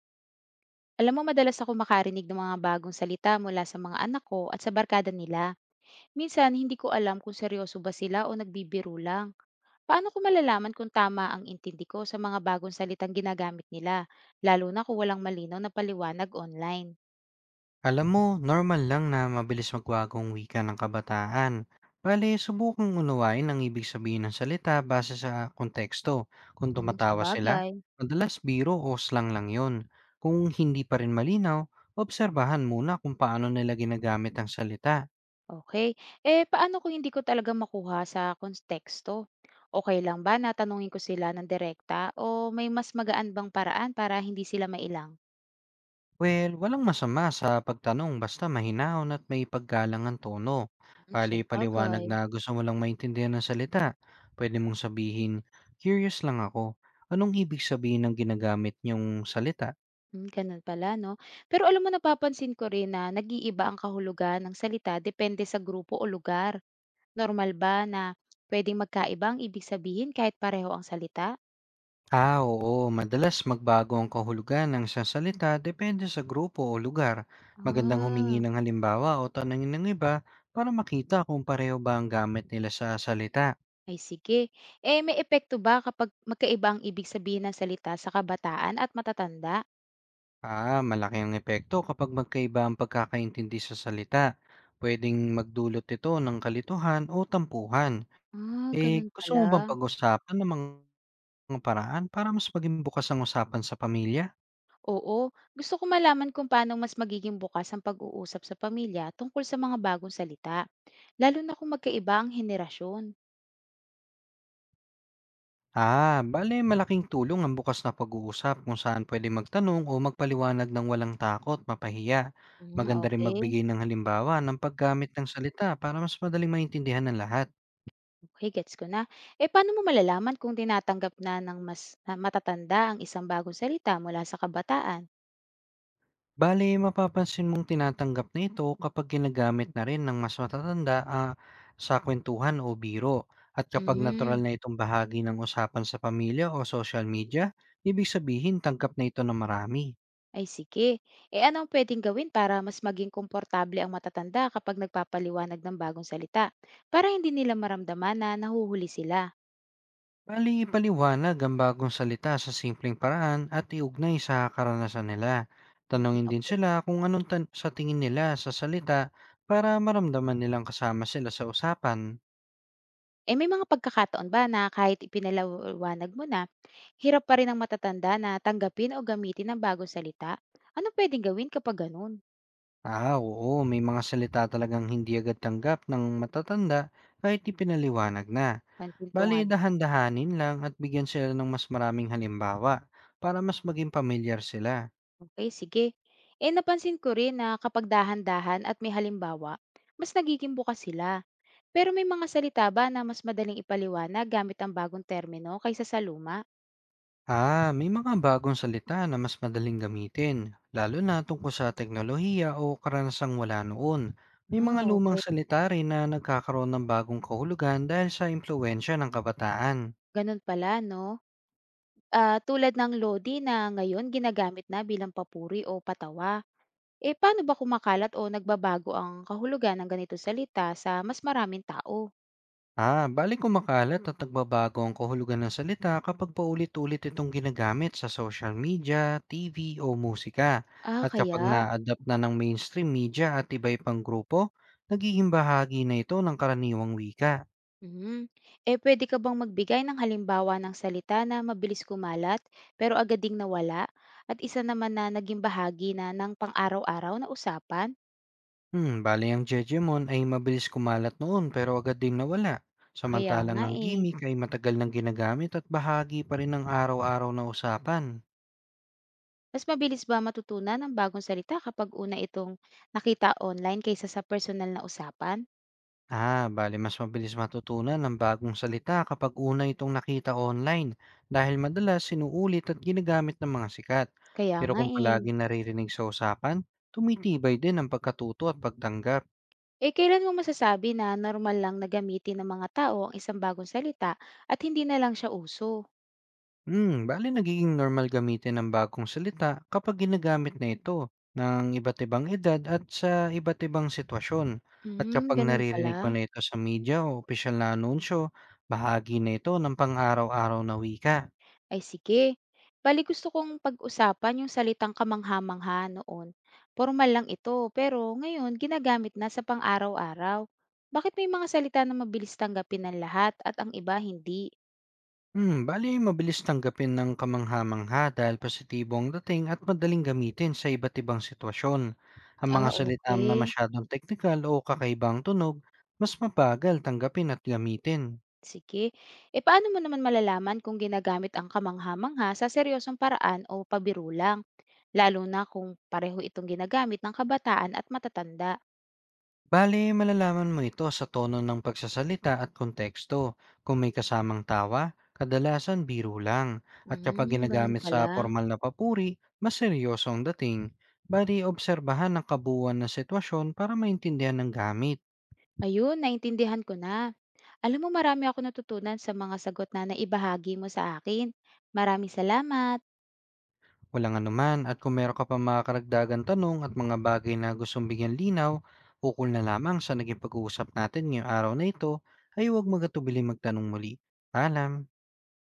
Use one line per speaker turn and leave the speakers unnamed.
Alam mo, madalas ako makarinig ng mga bagong salita mula sa mga anak ko at sa barkada nila. Minsan, hindi ko alam kung seryoso ba sila o nagbibiro lang. Paano ko malalaman kung tama ang intindi ko sa mga bagong salitang ginagamit nila, lalo na kung walang malinaw na paliwanag online?
Alam mo, normal lang na mabilis magbago ang wika ng kabataan. Bale, subukang unawain ang ibig sabihin ng salita base sa konteksto. Kung
Hmm, sa
tumatawa sila,
bagay.
madalas biro o slang lang yon. Kung hindi pa rin malinaw, obserbahan muna kung paano nila ginagamit ang salita.
Okay. Eh, paano kung hindi ko talaga makuha sa konteksto? Okay lang ba na tanungin ko sila ng direkta o may mas magaan bang paraan para hindi sila mailang?
Well, walang masama sa pagtanong basta mahinahon at may paggalang ang tono.
Hmm, sa
Pali-paliwanag na
bagay.
gusto mo lang maintindihan ng salita. Pwede mong sabihin, curious lang ako. Anong ibig sabihin ng ginagamit niyong salita?
Hmm, gano'n pala 'no. Pero alam mo napapansin ko rin na nag-iiba ang kahulugan ng salita depende sa grupo o lugar. Normal ba na pwedeng magkaiba ang ibig sabihin kahit pareho ang salita?
Ah, oo. Madalas magbago ang kahulugan ng isang salita depende sa grupo o lugar. Magandang humingi
Ah,
ng halimbawa o tanongin ng iba para makita kung pareho ba ang gamit nila sa salita.
ay sige. Eh, may epekto ba kapag magkaiba ang ibig sabihin ng salita sa kabataan at matatanda?
Ah, malaki ang epekto kapag magkaiba ang pagkakaintindi sa salita. Pwedeng magdulot ito ng kalituhan o tampuhan.
Ah,
Eh,
gano'n
gusto mo bang
pala.
pag-usapan ng mga paraan para mas maging bukas ang usapan sa pamilya?
Oo, gusto ko malaman kung paano mas magiging bukas ang pag-uusap sa pamilya tungkol sa mga bagong salita, lalo na kung magkaiba ang henerasyon.
Ah, bale malaking tulong ang bukas na pag-uusap kung saan pwede magtanong o magpaliwanag ng walang takot, mapahiya.
Hmm,
Maganda rin
okay.
magbigay ng halimbawa ng paggamit ng salita para mas madaling maintindihan ng lahat.
Okey, gets ko na. Eh, paano mo malalaman kung tinatanggap na ng mas na matatanda ang isang bagong salita mula sa kabataan?
Bale, mapapansin mong tinatanggap na ito kapag ginagamit na rin ng mas matatanda sa kwentuhan o biro. At kapag natural
Hmm,
na itong bahagi ng usapan sa pamilya o social media, ibig sabihin tanggap na ito ng marami.
ay sige. Eh, ano ang pwedeng gawin para mas maging komportable ang matatanda kapag nagpapaliwanag ng bagong salita, para hindi nila maramdaman na nahuhuli sila?
Bali, ipaliwanag ang bagong salita sa simpleng paraan at iugnay sa karanasan nila.
Hmm,
Tanungin din
okay.
sila kung anong sa tingin nila sa salita para maramdaman nilang kasama sila sa usapan.
Eh, may mga pagkakataon ba na kahit ipinaliwanag mo na, hirap pa rin ang matatanda na tanggapin o gamitin ang bagong salita? Ano pwedeng gawin kapag gano'n?
Ah, oo, may mga salita talagang hindi agad tanggap ng matatanda kahit ipinaliwanag na.
Pansin ko
Bali,
nga.
dahan-dahanin lang at bigyan sila ng mas maraming halimbawa para mas maging pamilyar sila.
Okay, sige. Eh, napansin ko rin na kapag dahan-dahan at may halimbawa, mas nagiging bukas sila. Pero may mga salita ba na mas madaling ipaliwanag gamit ang bagong termino kaysa sa luma?
Ah, may mga bagong salita na mas madaling gamitin, lalo na tungkol sa teknolohiya o karanasang wala noon. May mga
Ah,
lumang
okey.
salita rin na nagkakaroon ng bagong kahulugan dahil sa impluensya ng kabataan.
Ganun pala, no? Ah, tulad ng lodi na ngayon ginagamit na bilang papuri o patawa. Eh, paano ba kumakalat o nagbabago ang kahulugan ng ganito salita sa mas maraming tao?
Ah, bali kumakalat at nagbabago ang kahulugan ng salita kapag paulit-ulit itong ginagamit sa social media, TV o musika.
Ah,
At kapag
kaya.
na-adapt na ng mainstream media at iba pang grupo, nagiging bahagi na ito ng karaniwang wika.
Mhm. Eh, pwede ka bang magbigay ng halimbawa ng salita na mabilis kumalat pero agad ding nawala at isa naman na naging bahagi na ng pang-araw-araw na usapan?
Hmm, bali ang Jejemon ay mabilis kumalat noon pero agad din nawala.
Kaya
Samantalang
nga
ang
eh.
gimmick ay matagal nang ginagamit at bahagi pa rin ng araw-araw na usapan.
Mas mabilis ba matutunan ng bagong salita kapag una itong nakita online kaysa sa personal na usapan?
Ah, bale mas mabilis matutunan ng bagong salita kapag una itong nakita online dahil madalas sinuulit at ginagamit ng mga sikat.
Kaya
Pero
nga
kung
eh.
palagi naririnig sa usapan, tumitibay din ang pagkatuto at pagtanggap.
Eh, kailan mo masasabi na normal lang na gamitin ng mga tao ang isang bagong salita at hindi na lang siya uso?
Hmm, bale nagiging normal gamitin ang bagong salita kapag ginagamit na ito ng iba't ibang edad at sa iba't ibang sitwasyon. At
Hmm,
kapag
ganun pala.
naririnig mo na ito sa media o opisyal na anunsyo, bahagi na ito ng pang-araw-araw na wika.
Ay sige. Bali gusto kong pag-usapan yung salitang kamangha-mangha noon. Formal lang ito, pero ngayon ginagamit na sa pang-araw-araw. Bakit may mga salita na mabilis tanggapin ng lahat at ang iba hindi?
Hmm, bale mabilis tanggapin ng kamangha-mangha dahil positibo ang dating at madaling gamitin sa iba't ibang sitwasyon. Ang mga
Ah,
salita na
okay.
masyadong teknikal o kakaibang tunog, mas mabagal tanggapin at gamitin.
Sige. E paano mo naman malalaman kung ginagamit ang kamangha-mangha sa seryosong paraan o pabiro lang? Lalo na kung pareho itong ginagamit ng kabataan at matatanda.
Bale, malalaman mo ito sa tono ng pagsasalita at konteksto. Kung may kasamang tawa, kadalasan biro lang. At kapag
Hmm, ganun
ginagamit sa
pala.
formal na papuri, mas seryoso ang dating. Bali, obserbahan ang kabuuan ng sitwasyon para maintindihan ng gamit.
Ayun, naintindihan ko na. Alam mo marami ako natutunan sa mga sagot na naibahagi mo sa akin. Maraming salamat.
Walang anuman at kung meron ka pa mga karagdagan tanong at mga bagay na gustong bigyan linaw, ukol na lamang sa naging pag-uusap natin ngayong araw na ito, ay huwag magatubiling magtanong muli. Paalam!